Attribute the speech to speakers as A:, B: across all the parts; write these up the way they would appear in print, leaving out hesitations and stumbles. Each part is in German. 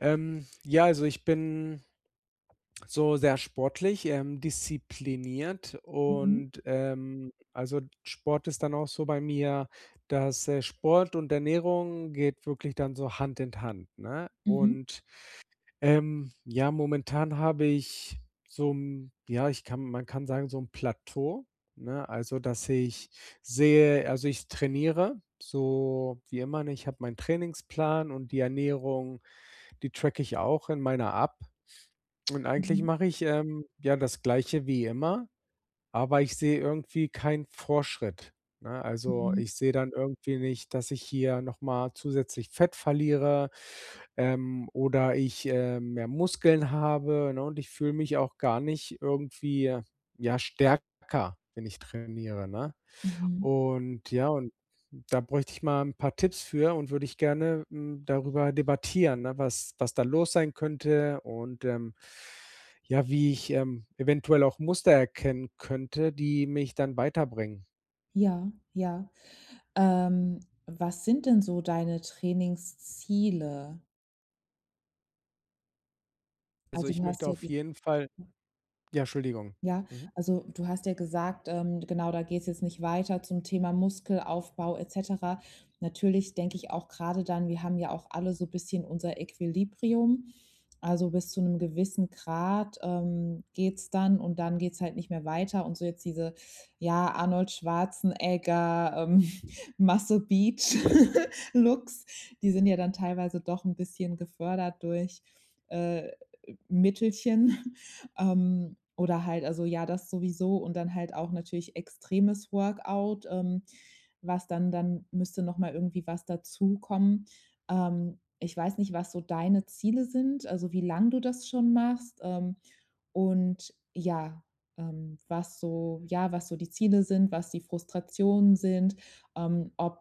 A: Ja, also ich bin so sehr sportlich, diszipliniert
B: Mhm,
A: und Sport ist dann auch so bei mir, dass, Sport und Ernährung geht wirklich dann so Hand in Hand, ne?
B: mhm,
A: Und ja, momentan habe ich so ein ja, ich kann man kann sagen, so ein Plateau, ne? Also, dass ich sehe also, ich trainiere so wie immer, ne? Ich habe meinen Trainingsplan und die Ernährung, die tracke ich auch in meiner App. Und eigentlich
B: mhm,
A: mache ich, ja, das Gleiche wie immer. Aber ich sehe irgendwie keinen Fortschritt, ne? Also,
B: mhm,
A: ich sehe dann irgendwie nicht, dass ich hier noch mal zusätzlich Fett verliere, oder ich mehr Muskeln habe, ne? Und ich fühle mich auch gar nicht irgendwie, ja, stärker, wenn ich trainiere, ne?
B: mhm.
A: Und ja, und da bräuchte ich mal ein paar Tipps für und würde ich gerne, hm, darüber debattieren, ne, was da los sein könnte und ja, wie ich eventuell auch Muster erkennen könnte, die mich dann weiterbringen.
B: Ja, ja. Ähm, Was sind denn so deine Trainingsziele?
A: Also,
B: Also, du
A: ich
B: hast
A: möchte
B: ja
A: auf jeden Fall ja, Entschuldigung.
B: Ja,
A: Mhm.
B: also du hast ja gesagt, genau, da geht es jetzt nicht weiter zum Thema Muskelaufbau et cetera. Natürlich denke ich auch gerade dann wir haben ja auch alle so ein bisschen unser Equilibrium. Also, bis zu einem gewissen Grad, geht's dann und dann geht's halt nicht mehr weiter und so jetzt diese, ja, Arnold Schwarzenegger, Muscle Beach Looks, die sind ja dann teilweise doch ein bisschen gefördert durch, äh Mittelchen, oder halt also ja, das sowieso und dann halt auch natürlich extremes Workout, was dann müsste noch mal irgendwie was dazukommen. Ich weiß nicht, was so deine Ziele sind, also wie lange du das schon machst, und ja, was so ja, was so die Ziele sind, was die Frustrationen sind, ob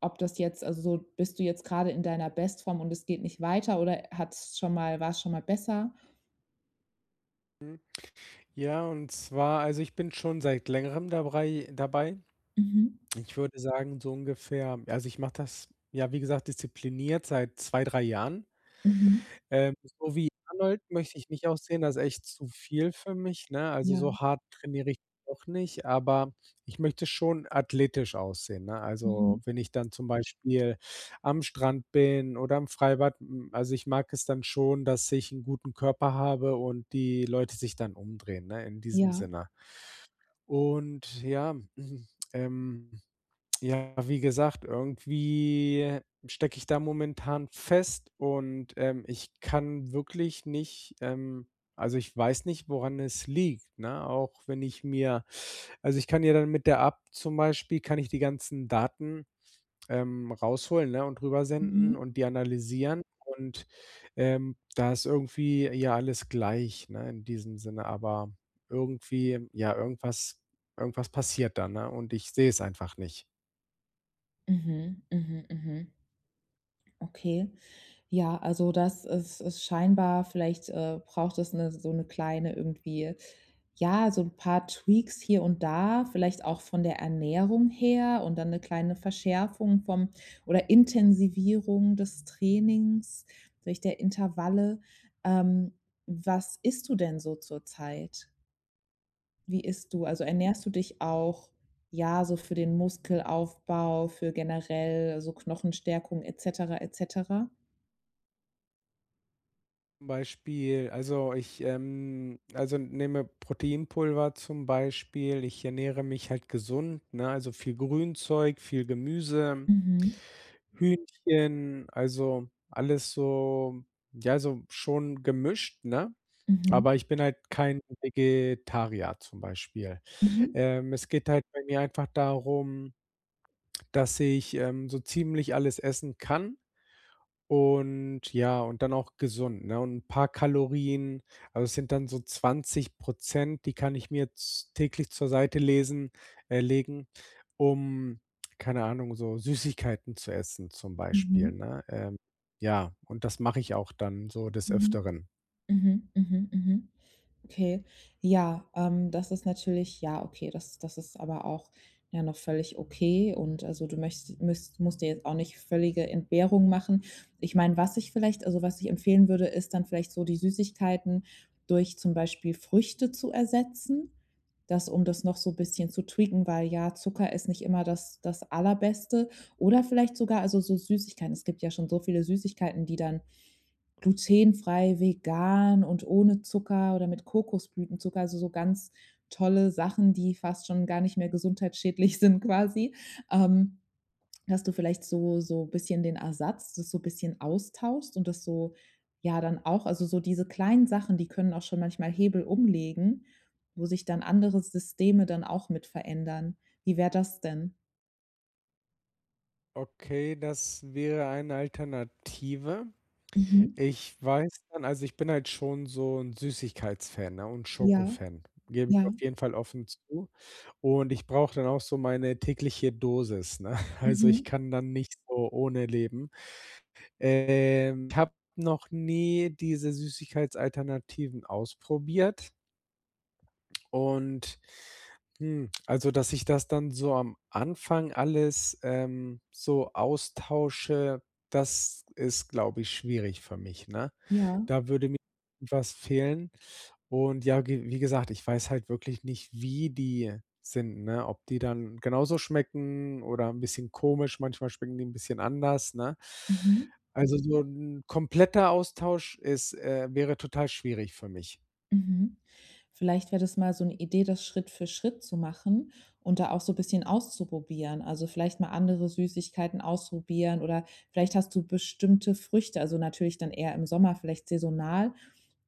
B: das jetzt also so bist du jetzt gerade in deiner Bestform und es geht nicht weiter oder hat's schon mal war es schon mal besser?
A: Ja, und zwar also, ich bin schon seit Längerem dabei.
B: Mhm.
A: Ich würde sagen, so ungefähr also, ich mache das, ja, wie gesagt, diszipliniert seit 2 bis 3 Jahren.
B: Mhm.
A: Ähm, so wie Arnold möchte ich nicht aussehen, das ist echt zu viel für mich, ne? Also,
B: Ja.
A: so hart trainiere ich auch nicht, aber ich möchte schon athletisch aussehen, ne?
B: Mhm.
A: Also, wenn ich dann zum Beispiel am Strand bin oder im Freibad, hm, also, ich mag es dann schon, dass ich einen guten Körper habe und die Leute sich dann umdrehen, ne, in diesem
B: Ja.
A: Sinne. Und ja, ähm ja, wie gesagt, irgendwie stecke ich da momentan fest und ich kann wirklich nicht, also, ich weiß nicht, woran es liegt, ne? Auch wenn ich mir also, ich kann ja dann mit der App zum Beispiel kann ich die ganzen Daten, rausholen, ne, und rübersenden
B: Mhm.
A: und die analysieren und, da ist irgendwie ja alles gleich, ne, in diesem Sinne, aber irgendwie ja, irgendwas passiert da, ne, und ich sehe es einfach nicht.
B: Mhm. Mhm. Mhm. Okay. Ja, also das ist scheinbar vielleicht, braucht es 'ne so eine kleine irgendwie ja, so ein paar Tweaks hier und da, vielleicht auch von der Ernährung her und dann eine kleine Verschärfung vom oder Intensivierung des Trainings durch der Intervalle. Ähm, Was isst du denn so zurzeit? Wie isst du? Also, ernährst du dich auch, ja, so für den Muskelaufbau, für generell so Knochenstärkung et cetera, et cetera?
A: Zum Beispiel, also ich, also nehme Proteinpulver zum Beispiel. Ich ernähre mich halt gesund, ne? Also viel Grünzeug, viel Gemüse,
B: Mhm.
A: Hühnchen, also alles so, ja, so schon gemischt, ne?
B: Mhm.
A: Aber ich bin halt kein Vegetarier zum Beispiel.
B: Mhm.
A: Es geht halt bei mir einfach darum, dass ich so ziemlich alles essen kann. Und ja, und dann auch gesund, ne? Und ein paar Kalorien. Also, es sind dann so 20% die kann ich mir z täglich zur Seite lesen legen, um, keine Ahnung, so Süßigkeiten zu essen zum Beispiel,
B: Mhm.
A: ne? Ja, und das mache ich auch dann so des
B: Mhm.
A: Öfteren.
B: Mhm. Mhm. Mhm. Mhm. Okay, ja, das ist natürlich ja, okay, das ist aber auch, ja, noch völlig okay und also, du möchtest müsst musst dir jetzt auch nicht völlige Entbehrung machen. Ich meine, was ich vielleicht also, was ich empfehlen würde, ist dann vielleicht so die Süßigkeiten durch zum Beispiel Früchte zu ersetzen, das um das noch so 'n bisschen zu tweaken, weil ja, Zucker ist nicht immer das Allerbeste oder vielleicht sogar also, so Süßigkeiten. Es gibt ja schon so viele Süßigkeiten, die dann glutenfrei, vegan und ohne Zucker oder mit Kokosblütenzucker, also so ganz tolle Sachen, die fast schon gar nicht mehr gesundheitsschädlich sind quasi. Ähm, Dass du vielleicht so so bisschen den Ersatz das so bisschen austauschst und das so ja, dann auch also so diese kleinen Sachen, die können auch schon manchmal Hebel umlegen, wo sich dann andere Systeme dann auch mit verändern. Wie wäre das denn?
A: Okay, das wäre eine Alternative.
B: Mhm.
A: Ich weiß dann also, ich bin halt schon so ein Süßigkeitsfan, ne, und
B: Ja,
A: Schokofan, gebe ich
B: ja.
A: auf jeden Fall offen zu. Und ich brauche dann auch so meine tägliche Dosis, ne? Also, ich
B: Mhm.
A: kann dann nicht so ohne leben. Ich habe noch nie diese Süßigkeitsalternativen ausprobiert und, hm, also, dass ich das dann so am Anfang alles so austausche, das ist, glaube ich, schwierig für mich, ne?
B: Ja.
A: Da würde mir was fehlen. Und ja, ge wie gesagt, ich weiß halt wirklich nicht, wie die sind, ne? Ob die dann genauso schmecken oder ein bisschen komisch, manchmal schmecken die ein bisschen anders, ne?
B: Mhm.
A: Also, so ein kompletter Austausch ist wäre total schwierig für mich.
B: Mhm. Vielleicht wäre das mal so eine Idee, das Schritt für Schritt zu machen und da auch so ein bisschen auszuprobieren. Also, vielleicht mal andere Süßigkeiten ausprobieren oder vielleicht hast du bestimmte Früchte, also, natürlich dann eher im Sommer, vielleicht saisonal,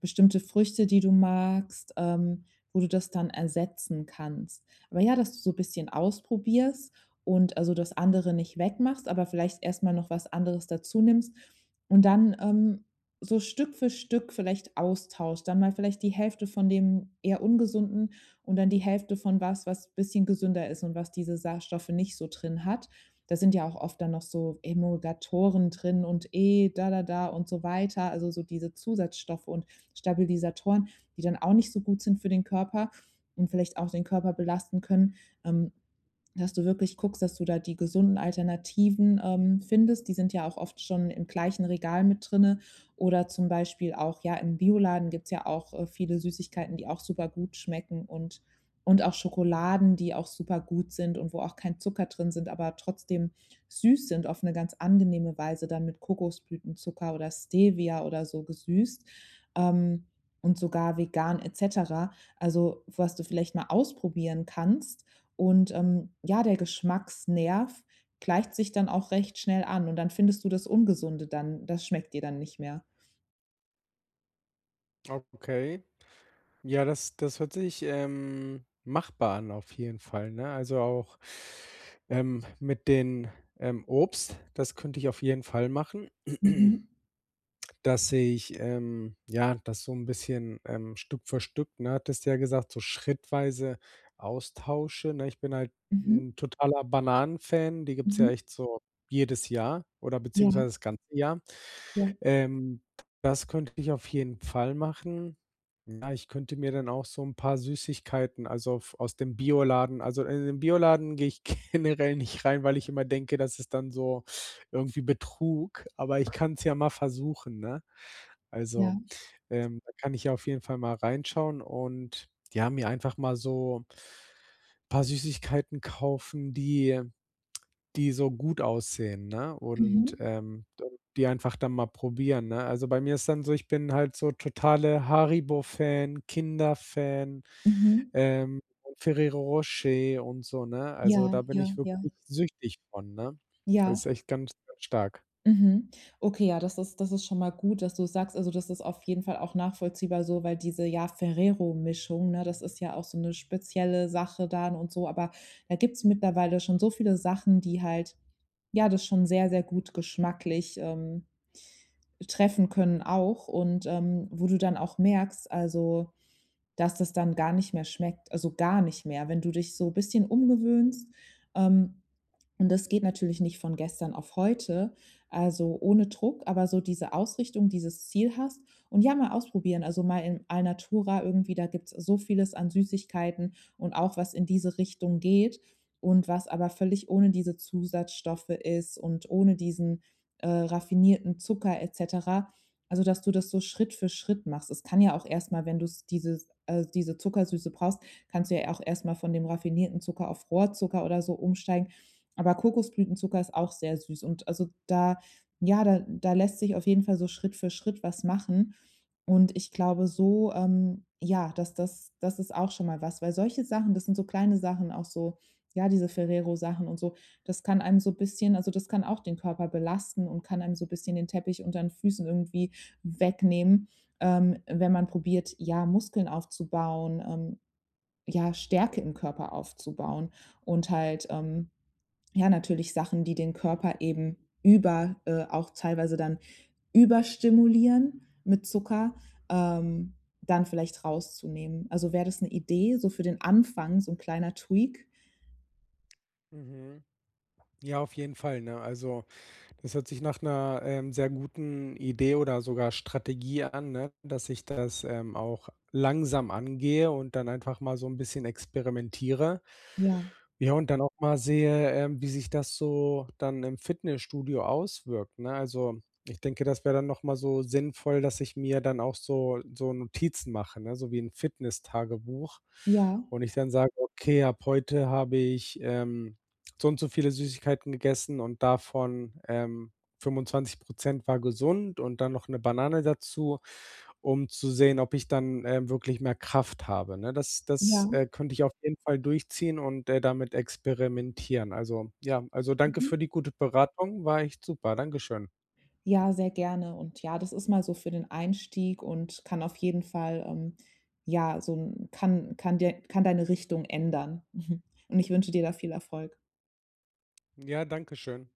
B: bestimmte Früchte, die du magst, wo du das dann ersetzen kannst. Aber ja, dass du so ein bisschen ausprobierst und also, das andere nicht wegmachst, aber vielleicht erst mal noch was anderes dazu nimmst und dann, so Stück für Stück vielleicht austauscht, dann mal vielleicht die Hälfte von dem eher Ungesunden und dann die Hälfte von was, was ein bisschen gesünder ist und was diese Sachstoffe nicht so drin hat. Da sind ja auch oft dann noch so Emulgatoren drin und E, da, da, da und so weiter. Also so diese Zusatzstoffe und Stabilisatoren, die dann auch nicht so gut sind für den Körper und vielleicht auch den Körper belasten können. Ähm, Dass du wirklich guckst, dass du da die gesunden Alternativen findest. Die sind ja auch oft schon im gleichen Regal mit drinne. Oder zum Beispiel auch, ja, im Bioladen gibt's ja auch viele Süßigkeiten, die auch super gut schmecken und auch Schokoladen, die auch super gut sind und wo auch kein Zucker drin sind, aber trotzdem süß sind auf eine ganz angenehme Weise, dann mit Kokosblütenzucker oder Stevia oder so gesüßt. Ähm, und sogar vegan etc. Also, was du vielleicht mal ausprobieren kannst, und, ja, der Geschmacksnerv gleicht sich dann auch recht schnell an und dann findest du das Ungesunde dann das schmeckt dir dann nicht mehr.
A: Okay. Ja, das hört sich, machbar an auf jeden Fall, ne? Also, auch mit den, Obst, das könnte ich auf jeden Fall machen.
B: Mhm.
A: Dass ich ja, das so ein bisschen Stück für Stück, ne, hattest du ja gesagt, so schrittweise austausche, ne? Ich bin halt
B: Mhm.
A: 'n totaler Bananenfan fan die gibt's
B: Mhm.
A: ja echt so jedes Jahr oder
B: Ja,
A: beziehungsweise das ganze Jahr.
B: ja,
A: Ähm, Das könnte ich auf jeden Fall machen. Ja, ich könnte mir dann auch so ein paar Süßigkeiten, also, f aus dem Bioladen also, in den Bioladen gehe ich generell nicht rein, weil ich immer denke, dass es dann so irgendwie Betrug, aber ich kann's ja mal versuchen, ne?
B: ja.
A: Also, da kann ich ja auf jeden Fall mal reinschauen und, ja, mir einfach mal so paar Süßigkeiten kaufen, die so gut aussehen, ne? Und,
B: Mhm.
A: d die einfach dann mal probieren, ne? Also, bei mir ist dann so, ich bin halt so totale Haribo-Fan, Kinder-Fan,
B: Mhm.
A: ähm, Ferrero Rocher und so, ne? Also,
B: Ja,
A: da bin
B: ja,
A: ich
B: ja.
A: wirklich süchtig von, ne? Das
B: Ja.
A: ist echt ganz, ganz stark.
B: Mhm. Okay, ja, das ist schon mal gut, dass du sagst also, das ist auf jeden Fall auch nachvollziehbar so, weil diese, ja, Ferrero-Mischung, ne, das ist ja auch so eine spezielle Sache da und so, aber da gibt's mittlerweile schon so viele Sachen, die halt, ja, das schon sehr, sehr gut geschmacklich, treffen können auch und, wo du dann auch merkst, also, dass das dann gar nicht mehr schmeckt, also, gar nicht mehr. Wenn du dich so ein bisschen umgewöhnst, ähm und das geht natürlich nicht von gestern auf heute, also ohne Druck, aber so diese Ausrichtung, dieses Ziel hast und ja, mal ausprobieren. Also mal in Alnatura irgendwie, da gibt's so vieles an Süßigkeiten und auch was in diese Richtung geht und was aber völlig ohne diese Zusatzstoffe ist und ohne diesen, raffinierten Zucker et cetera. Also, dass du das so Schritt für Schritt machst. Es kann ja auch erstmal, wenn du dieses diese Zuckersüße brauchst, kannst du ja auch erstmal von dem raffinierten Zucker auf Rohrzucker oder so umsteigen. Aber Kokosblütenzucker ist auch sehr süß und also da ja, da lässt sich auf jeden Fall so Schritt für Schritt was machen. Und ich glaube so, ja, dass das ist auch schon mal was, weil solche Sachen, das sind so kleine Sachen, auch so ja, diese Ferrero-Sachen und so, das kann einem so bisschen also, das kann auch den Körper belasten und kann einem so bisschen den Teppich unter den Füßen irgendwie wegnehmen, wenn man probiert, ja, Muskeln aufzubauen, ja, Stärke im Körper aufzubauen und halt, ja, natürlich Sachen, die den Körper eben über, auch teilweise dann überstimulieren mit Zucker, ähm, dann vielleicht rauszunehmen. Also wäre das eine Idee, so für den Anfang, so ein kleiner Tweak?
A: Mhm. Ja, auf jeden Fall, ne? Also, das hört sich nach einer sehr guten Idee oder sogar Strategie an, ne, dass ich das auch langsam angehe und dann einfach mal so ein bisschen experimentiere.
B: Ja,
A: Ja, und dann auch mal sehe, wie sich das so dann im Fitnessstudio auswirkt, ne? Also, ich denke, das wäre dann noch mal so sinnvoll, dass ich mir dann auch so Notizen mache, ne, so wie ein Fitness Tagebuch
B: ja,
A: und ich dann sage: „Okay, ab heute habe ich,“ so und so viele Süßigkeiten gegessen und davon 25% war gesund und dann noch eine Banane dazu, um zu sehen, ob ich dann wirklich mehr Kraft habe, ne? Das
B: ja,
A: das, äh, könnte ich auf jeden Fall durchziehen und damit experimentieren. Also, ja also, danke
B: mhm.
A: für die gute Beratung, war echt super. Dankeschön.
B: Ja, sehr gerne und ja, das ist mal so für den Einstieg und kann auf jeden Fall, ja, so 'n kann dir kann deine Richtung ändern. Und ich wünsche dir da viel Erfolg.
A: Ja, dankeschön.